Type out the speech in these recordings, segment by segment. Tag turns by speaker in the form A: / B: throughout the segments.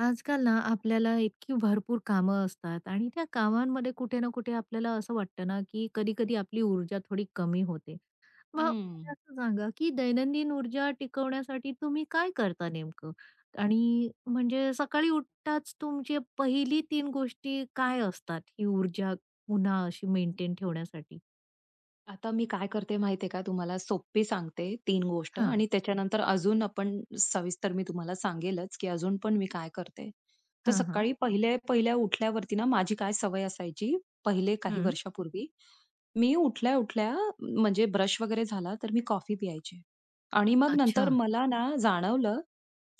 A: आजकाल ना आपल्याला इतकी भरपूर कामं असतात आणि त्या कामांमध्ये कुठे ना कुठे आपल्याला असं वाटतं ना की कधी कधी आपली ऊर्जा थोडी कमी होते. मग मला
B: हम्म.
A: असं सांगा की दैनंदिन ऊर्जा टिकवण्यासाठी तुम्ही काय करता नेमकं? आणि म्हणजे सकाळी उठताच तुमची पहिली 3 गोष्टी काय असतात ही ऊर्जा पुन्हा अशी मेंटेन ठेवण्यासाठी?
B: आता मी काय करते माहितीये का तुम्हाला सोपी सांगते 3 गोष्ट
A: हां,
B: आणि त्याच्यानंतर अजून आपण सविस्तर मी तुम्हाला सांगेलच, की अजून पण मी काय करते. तर
A: हां, हां.
B: सकाळी पहिले पहिल्या उठल्यावरती ना माझी काय सवय असायची, पहिले काही
A: हं.
B: वर्षापूर्वी मी उठल्या-उठल्या म्हणजे ब्रश वगैरे झाला तर मी कॉफी प्यायचे आणि मग नंतर
A: अच्छा.
B: मला ना जाणवलं,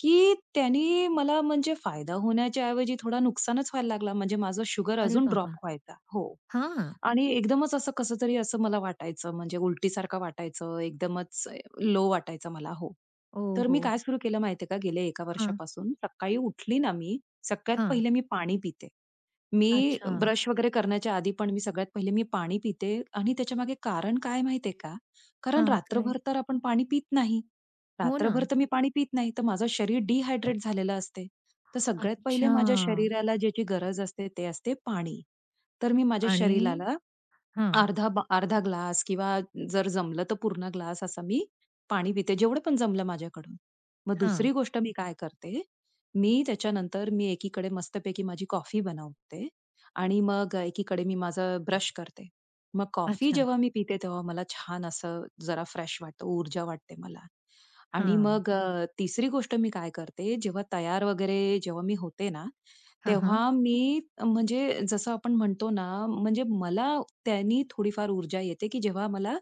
B: की त्यानी मला म्हणजे फायदा होण्याच्या ऐवजी थोडा नुकसानच व्हायला लागला. म्हणजे माझा शुगर
A: अरे
B: अजून ड्रॉप
A: बाबा!
B: व्हायचा. हो.
A: हां.
B: आणि एकदमच असं कसंतरी असं मला वाटायचं, म्हणजे उलटीसारखं वाटायचं, एकदमच लो वाटायचं मला हो.
A: हो,
B: तर मी
A: हो.
B: काय सुरू केलं माहिती आहे का, गेल्या 1
A: हां,
B: वर्षापासून सकाळी उठली ना मी, सगळ्यात
A: हां.
B: पहिले मी पाणी पिते. मी
A: अच्छा.
B: ब्रश वगैरे करण्याच्या आधी पण मी सगळ्यात पहिले मी पाणी पिते आणि त्याच्यामागे कारण काय माहिती का? कारण
A: हां,
B: रात्रभर
A: काय?
B: तर आपण पाणी पित नाही.
A: हो ना.
B: रात्रभर तर मी पाणी पित नाही, तर माझं शरीर डिहायड्रेट झालेलं असते. तर सगळ्यात पहिले
A: अच्छा.
B: माझ्या शरीराला ज्याची गरज असते ते असते पाणी. तर मी माझ्या
A: आणि
B: शरीराला
A: हां,
B: अर्धा ग्लास किंवा जर जमलं तर पूर्ण ग्लास असा मी पाणी पिते, जेवढं पण जमलं माझ्याकडून. मग
A: हां.
B: दुसरी गोष्ट मी काय करते, त्याच्यानंतर मी एकीकडे मस्तपैकी माझी कॉफी बनवते आणि मग एकीकडे मी माझा ब्रश करते. मग कॉफी
A: अच्छा.
B: जेव्हा मी पिते, तेव्हा मला छान असं जरा फ्रेश वाटतं, ऊर्जा वाटते मला. आणि
A: हां.
B: मग तिसरी गोष्ट मी काय करते, जेव्हा तयार वगैरे जेव्हा मी होते ना,
A: हां, हां.
B: तेव्हा मी म्हणजे जसं आपण म्हणतो ना, म्हणजे मला त्यानी थोडीफार ऊर्जा येते, की जेव्हा मला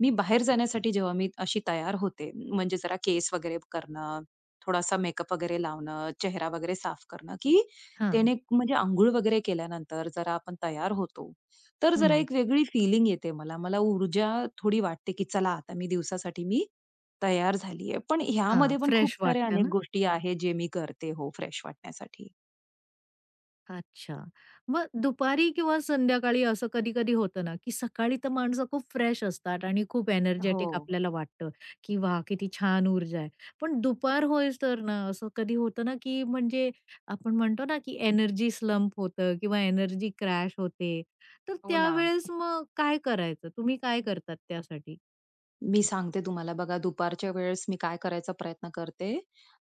B: मी बाहेर जाण्यासाठी जेव्हा मी अशी तयार होते, म्हणजे जरा केस वगैरे करणं, थोडासा मेकअप वगैरे लावणं, चेहरा वगैरे साफ करणं, की
A: हां.
B: त्याने म्हणजे अंघोळ वगैरे केल्यानंतर जरा आपण तयार होतो, तर जरा
A: हं.
B: एक वेगळी फीलिंग येते मला. मला ऊर्जा थोडी वाटते, की चला आता मी दिवसासाठी मी तयार झालीये. पण
A: हां,
B: ह्यामध्ये पण खूप
A: फ्रेश
B: साऱ्या
A: वाटतं
B: अनेक
A: ना?
B: गोष्टी आहेत, जे मी करते हो फ्रेश वाटण्यासाठी.
A: अच्छा. मग दुपारी किंवा संध्याकाळी असं कधी-कधी होतं ना, की सकाळी तर माणसं खूप फ्रेश असतात आणि खूप
B: हो.
A: एनर्जेटिक आपल्याला वाटतं, की वाह! किती छान ऊर्जा आहे. पण दुपार होईस्तर ना, असं कधी होतं ना, की म्हणजे आपण म्हणतो ना, की एनर्जी स्लंप होतं किंवा एनर्जी क्रॅश होते. तर
B: हो ना.
A: त्यावेळेस मग काय करायचं? तुम्ही काय करतात त्यासाठी?
B: मी सांगते तुम्हाला बघा, दुपारच्या वेळेस मी काय करायचा प्रयत्न करते,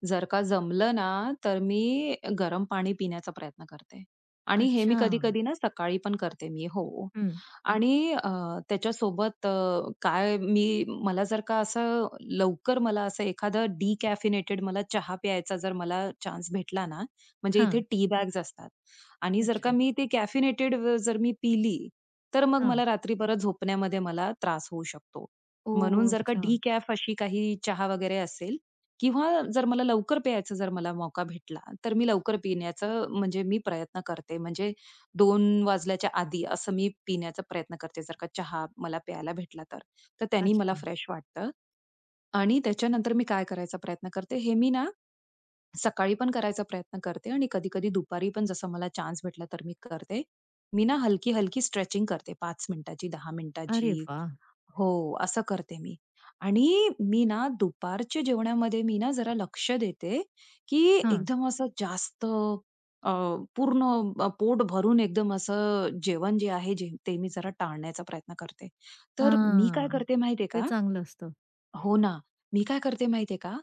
B: जर का जमलं ना, तर मी गरम पाणी पिण्याचा प्रयत्न करते आणि हे मी
A: अच्छा.
B: कधी-कधी ना सकाळी पण करते मी. हो.
A: हं.
B: आणि त्याच्यासोबत काय मी मला जर का असं लवकर मला असं एखादं डिकॅफिनेटेड मला चहा प्यायचा जर मला चान्स भेटला ना, म्हणजे इथे
A: हां.
B: टी बॅग्स असतात आणि जर का
A: अच्छा.
B: मी ते कॅफिनेटेड जर मी पिली, तर मग
A: हां.
B: मला रात्री परत झोपण्यामध्ये मला त्रास होऊ शकतो. म्हणून
A: ओह!
B: जर का
A: अच्छा.
B: डिकॅफ अशी काही चहा वगैरे असेल किंवा जर मला लवकर प्यायचा जर मला मौका भेटला, तर मी लवकर पिण्याचं म्हणजे मी प्रयत्न करते. म्हणजे 2:00 वाजल्याच्या आधी असं मी पिण्याचा प्रयत्न करते. जर का चहा मला प्यायला भेटला तर. तर त्यानी मला
A: अच्छा.
B: फ्रेश वाटतं. आणि त्याच्यानंतर मी काय करायचा प्रयत्न करते, हे मी ना सकाळी पण करायचा प्रयत्न करते आणि कधी-कधी दुपारी पण जसा मला चान्स भेटला तर मी करते. मी ना हलकी-हलकी स्ट्रेचिंग करते 5 मिनिटाची, 10
A: अरे
B: मिनिटाची
A: वाह!
B: हो, असं करते मी. आणि मी ना दुपारच्या जेवणामध्ये मी ना जरा लक्ष देते, की
A: हां.
B: एकदम असं जास्त अ, पूर्ण पोट भरून एकदम असं जेवण जे आहे, जे ते मी जरा टाळण्याचा प्रयत्न करते. तर मी काय
A: हां.
B: करते माहितीये
A: ते
B: का,
A: चांगलं असतं.
B: हो ना. मी काय करते माहितीये का?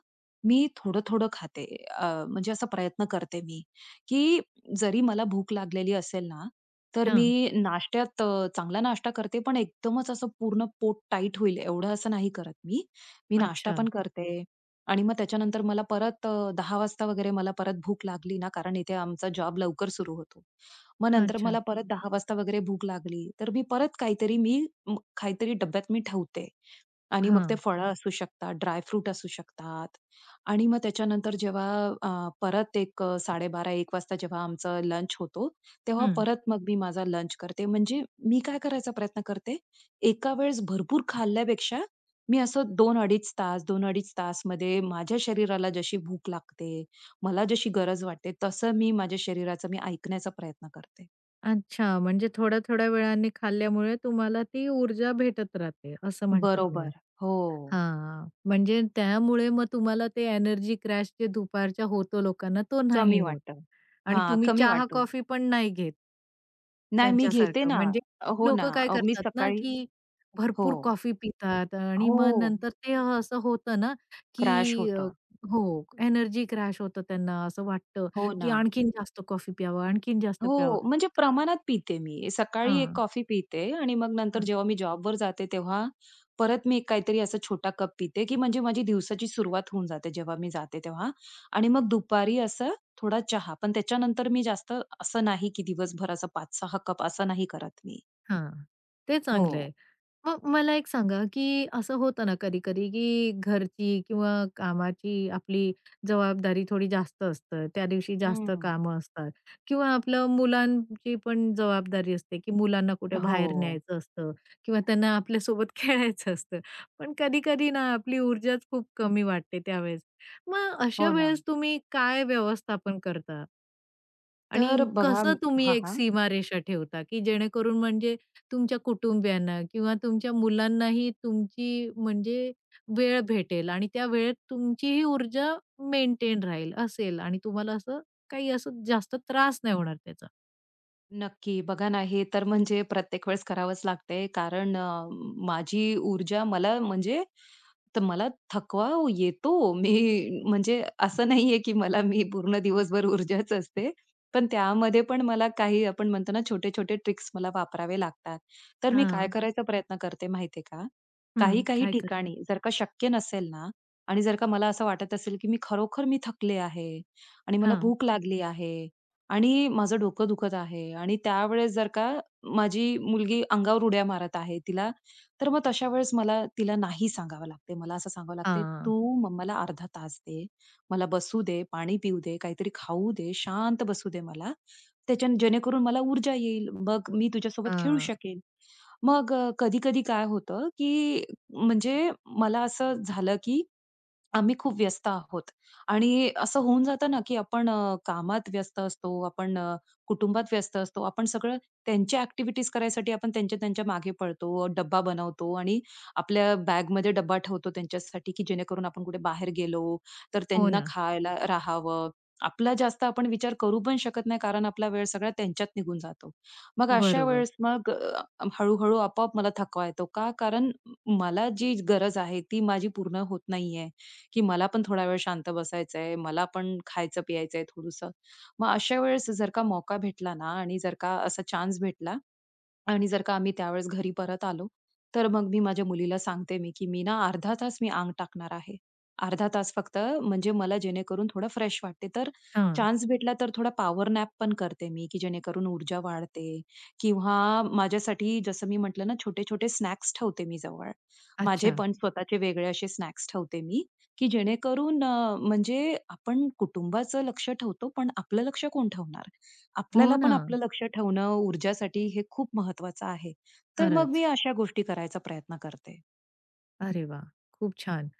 B: मी थोडं-थोडं खाते. म्हणजे असा प्रयत्न करते मी, की जरी मला भूक लागलेली असेल ना, तर मी
A: हां.
B: नाश्त्यात चांगला नाश्ता करते, पण एकदमच असं पूर्ण पोट टाईट होईल एवढं असं नाही करत मी. मी नाश्ता
A: अच्छा.
B: पण करते आणि मग त्याच्यानंतर मला परत 10 वाजता वगैरे मला परत भूक लागली ना, कारण इथे आमचा जॉब लवकर सुरू होतो. मग नंतर
A: अच्छा.
B: मला परत 10 वाजता वगैरे भूक लागली, तर मी परत काहीतरी मी काहीतरी डब्यात मी ठेवते. आणि मग ते
A: हां.
B: फळं असू शकतात, ड्राय फ्रूट असू शकतात आणि मग त्याच्यानंतर जेव्हा अ, परत एक अ, 12:30 एक वाजता जेव्हा आमचा लंच होतो, तेव्हा
A: हं.
B: परत मग मी माझा लंच करते. म्हणजे मी काय करायचा प्रयत्न करते, एका वेळेस भरपूर खाल्ल्यापेक्षा मी असं 2-2.5 तास, 2-2.5 तासमध्ये माझ्या शरीराला जशी भूक लागते, मला जशी गरज वाटते, तसं मी माझ्या शरीराचं मी ऐकण्याचा प्रयत्न करते.
A: अच्छा. म्हणजे थोड्या-थोड्या वेळाने खाल्ल्यामुळे तुम्हाला ती ऊर्जा भेटत राहते, असं म्हणता
B: बरोबर.
A: तुम्ही.
B: हो.
A: हां. म्हणजे त्यामुळे मग तुम्हाला ते एनर्जी क्रॅश जे दुपारच्या होतो लोकांना, तो नाही
B: कमी
A: होत.
B: वाटतं.
A: आणि
B: हां,
A: तुम्ही
B: कमी
A: चहा,
B: वाटतो.
A: कॉफी पण नाही घेत.
B: नाही मी घेते
A: त्यांच्यासारखं.
B: ना.
A: म्हणजे खूप
B: हो ना.
A: लोकं काय
B: मी
A: करतात ना,
B: सकाळी
A: की
B: हो.
A: भरपूर कॉफी पितात आणि
B: हो.
A: मग नंतर ते असं होतं ना,
B: क्रॅश
A: की अ,
B: होतं.
A: हो, एनर्जी क्रॅश होतं त्यांना. असं वाटतं,
B: हो
A: की
B: ना.
A: आणखीन जास्त कॉफी प्यावं, आणखीन जास्त प्यावं.
B: हो, म्हणजे प्रमाणात पिते मी. सकाळी एक
A: हां,
B: कॉफी पिते आणि मग नंतर
A: हं,
B: जेव्हा मी जॉबवर जाते तेव्हा परत मी एक काहीतरी असा छोटा कप पिते, की म्हणजे माझी दिवसाची सुरुवात होऊन जाते जेव्हा मी जाते तेव्हा. आणि मग दुपारी असं थोडा चहा. पण त्याच्यानंतर मी जास्त असं नाही, की दिवसभर असं 5-6 कप असं नाही करत मी.
A: हां. ते चांगलं
B: हो.
A: आहे. मग मला एक सांगा, की असं होतं ना कधी-कधी, की घरची किंवा कामाची आपली जबाबदारी थोडी जास्त असतं. त्या दिवशी जास्त
B: हं.
A: कामं असतात किंवा आपलं मुलांची पण जबाबदारी असते, की मुलांना कुठे
B: हो.
A: बाहेर न्यायचं असतं किंवा त्यांना आपल्यासोबत खेळायचं असतं. पण कधी-कधी ना आपली ऊर्जाच खूप कमी वाटते त्यावेळेस. मग अशा
B: हो ना.
A: वेळेस तुम्ही काय व्यवस्थापन करता? आणि
B: तर बघा
A: कसं तुम्ही
B: हां,
A: एक
B: हां.
A: सीमारेषा ठेवता, की जेणेकरून म्हणजे तुमच्या कुटुंबियांना किंवा तुमच्या मुलांनाही तुमची म्हणजे वेळ भेटेल आणि त्या वेळेत तुमचीही ऊर्जा मेंटेन राहील असेल आणि तुम्हाला असं काही असं जास्त त्रास नाही होणार त्याचा?
B: नक्की. बघा ना, हे तर म्हणजे प्रत्येक वेळेस करावंच लागतंय कारण माझी ऊर्जा मला म्हणजे तर मला थकवा येतो. मी म्हणजे असं नाहीये, की मला मी पूर्ण दिवसभर ऊर्जाच असते. पण त्यामध्ये पण मला काही आपण म्हणतो ना, छोटे-छोटे ट्रिक्स मला वापरावे लागतात. तर मी काय
A: हां.
B: करायचा प्रयत्न करते माहितीये का?
A: हं.
B: काही-काही
A: काय करता?
B: ठिकाणी जर का शक्य नसेल ना आणि जर का मला असं वाटत असेल, की मी खरोखर मी थकले आहे आणि मला
A: हां.
B: भूक लागली आहे आणि माझं डोकं दुखत आहे आणि त्यावेळेस जर का माझी मुलगी अंगावर उड्या मारत आहे तिला तर मग तशा वेळेस मला तिला नाही सांगावं लागते. मला असं सांगावं लागते,
A: हां,
B: "तू मम्माला अर्धा तास दे. मला बसू दे, पाणी पिऊ दे, काहीतरी खाऊ दे, शांत बसू दे मला. त्याच्याने जेणेकरून मला ऊर्जा येईल. मग मी तुझ्यासोबत खेळू
A: हां.
B: शकेल." मग कधी-कधी काय होतं, की म्हणजे मला असं झालं, की आम्ही खूप व्यस्त आहोत आणि असं होऊन जातं ना, की आपण कामात व्यस्त असतो, आपण कुटुंबात व्यस्त असतो. आपण सगळं त्यांच्या ॲक्टिव्हिटीज करायसाठी आपण त्यांच्या-त्यांच्या मागे पळतो. डब्बा बनवतो आणि आपल्या बॅगमध्ये डब्बा ठेवतो त्यांच्यासाठी, की जेणेकरून आपण कुठे बाहेर गेलो, तर
A: हो
B: त्यांना
A: ना.
B: खायला राहावं. आपला जास्त आपण विचार करू पण शकत नाही, कारण आपला वेळ सगळा त्यांच्यात निघून जातो. मग अशा
A: बरोबर.
B: वेळेस मग हळू आपोआप मला थकवा येतो. का? कारण मला जी गरज आहे, ती माझी पूर्ण होत नाहीये. की मला पण थोडा वेळ शांत बसायचंय, मला पण खायचं-प्यायचंय थोडंसं. मग अशा वेळेस जर का मौका भेटला ना आणि जर का असा चान्स भेटला, आणि जर का आम्ही त्यावेळेस घरी परत आलो, तर मग मी माझ्या मुलीला सांगते मी, की "मी ना अर्धा तास मी अंग टाकणार आहे. अर्धा तास फक्त म्हणजे मला जेणेकरून थोडं फ्रेश वाटते." तर
A: हां.
B: चान्स भेटला तर थोडा पॉवर नॅप पण करते मी, की जेणेकरून ऊर्जा वाढते किंवा माझ्यासाठी जसं मी म्हटलं ना, छोटे-छोटे स्नॅक्स ठेवते मी जवळ. माझे
A: अच्छा.
B: पण स्वतःचे वेगळे असे स्नॅक्स ठेवते मी, की जेणेकरून म्हणजे आपण कुटुंबाचं लक्ष ठेवतो, पण आपलं लक्ष कोण ठेवणार?
A: हो
B: आपल्याला
A: ना.
B: पण आपलं लक्ष ठेवणं ऊर्जासाठी हे खूप महत्वाचं आहे. तर मग मी
A: खरंच.
B: अशा गोष्टी करायचा प्रयत्न करते.
A: अरे वाह! खूप छान.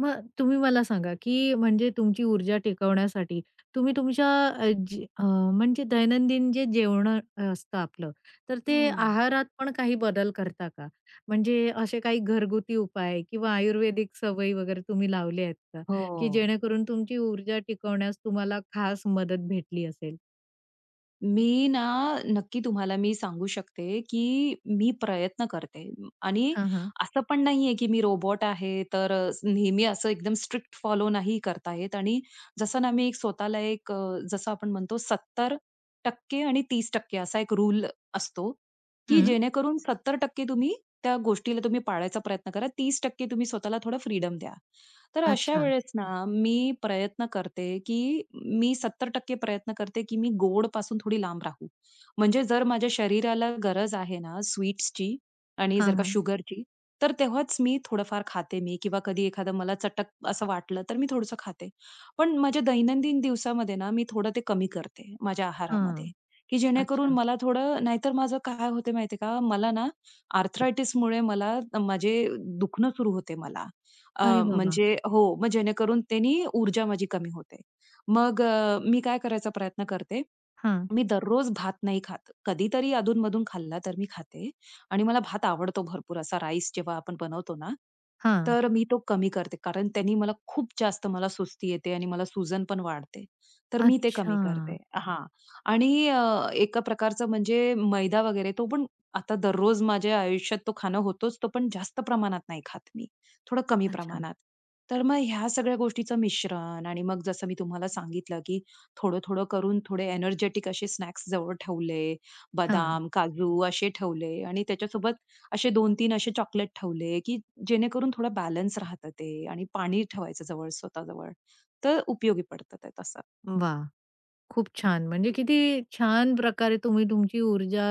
A: मग तुम्ही मला सांगा, की म्हणजे तुमची ऊर्जा टिकवण्यासाठी तुम्ही तुमच्या जे म्हणजे दैनंदिन जे जेवण असतं आपलं, तर ते
B: हं.
A: आहारात पण काही बदल करता का? म्हणजे असे काही घरगुती उपाय किंवा आयुर्वेदिक सवयी वगैरे तुम्ही लावल्या आहेत का?
B: हो.
A: की जेणेकरून तुमची ऊर्जा टिकवण्यास तुम्हाला खास मदत भेटली असेल?
B: मी ना, नक्की तुम्हाला मी सांगू शकते, की मी प्रयत्न करते आणि
A: हां, हां.
B: असं पण नाहीये, की मी रोबोट आहे, तर नेहमी असं एकदम स्ट्रिक्ट फॉलो नाही करता येत आणि जसं ना मी एक स्वतःला एक जसं आपण म्हणतो 70% आणि 30% असा एक रूल असतो, की
A: हं.
B: जेणेकरून 70% तुम्ही त्या गोष्टीला तुम्ही पाळायचा प्रयत्न करा. 30% तुम्ही स्वतःला थोडं फ्रीडम द्या. तर अशा
A: अच्छा.
B: वेळेस ना मी प्रयत्न करते, की मी 70% प्रयत्न करते, की मी गोड गोडपासून थोडी लांब राहू. म्हणजे जर माझ्या शरीराला गरज आहे ना स्वीट्सची आणि
A: हां,
B: जर का
A: हां.
B: शुगरची, तर तेव्हाच मी थोडंफार खाते मी किंवा कधी एखादं मला चटक असं वाटलं, तर मी थोडंसं खाते. पण माझ्या दैनंदिन दिवसामध्ये ना, मी थोडं ते कमी करते माझ्या आहारामध्ये,
A: हां.
B: की जेणेकरून
A: अच्छा.
B: मला थोडं नाहीतर माझं काय होते माहिती का? मला ना आर्थरायटिसमुळे मला माझे दुखणं सुरू होते मला
A: अरे वाह! वाह!
B: म्हणजे हो, मग जेणेकरून त्यानी ऊर्जा माझी कमी होते. मग मी काय करायचा प्रयत्न करते
A: हां.
B: मी दररोज भात नाही खात. कधीतरी अधूनमधून खाल्ला तर मी खाते आणि मला भात आवडतो भरपूर असा राईस जेव्हा आपण बनवतो ना, तर मी तो कमी करते. कारण त्यांनी मला खूप जास्त मला सुस्ती येते आणि मला सूजन पण वाढते. तर मी ते
A: अच्छा.
B: कमी करते. हां. आणि एका प्रकारचं म्हणजे मैदा वगैरे तो पण आता दररोज माझ्या आयुष्यात तो खाणं होतोच. तो पण जास्त प्रमाणात नाही खात मी. थोडं कमी
A: अच्छा.
B: प्रमाणात. तर मग ह्या सगळ्या गोष्टीचं मिश्रण आणि मग जसं मी तुम्हाला सांगितलं, की थोडं-थोडं करून थोडे एनर्जेटिक असे स्नॅक्स जवळ ठेवले.
A: हां.
B: बदाम, काजू असे ठेवले आणि त्याच्यासोबत असे 2-3 असे चॉकलेट ठेवले, की जेणेकरून थोडा बॅलन्स राहतं ते आणि पाणी ठेवायचं जवळ स्वतःजवळ. तर उपयोगी पडतं ते तसं.
A: वाह! खूप छान. म्हणजे किती छान प्रकारे तुम्ही तुमची ऊर्जा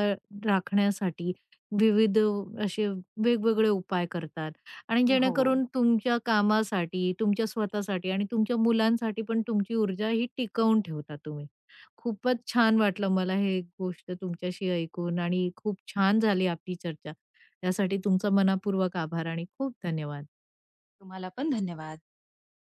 A: राखण्यासाठी विविध असे वेगवेगळे उपाय करतात आणि
B: हो.
A: जेणेकरून तुमच्या कामासाठी, तुमच्या स्वतःसाठी आणि तुमच्या मुलांसाठी पण तुमची ऊर्जा ही टिकवून ठेवता तुम्ही. खूपच छान वाटलं मला हे गोष्ट तुमच्याशी ऐकून आणि खूप छान झाली आपली चर्चा. त्यासाठी तुमचा मनःपूर्वक आभार आणि खूप धन्यवाद.
B: तुम्हाला पण धन्यवाद.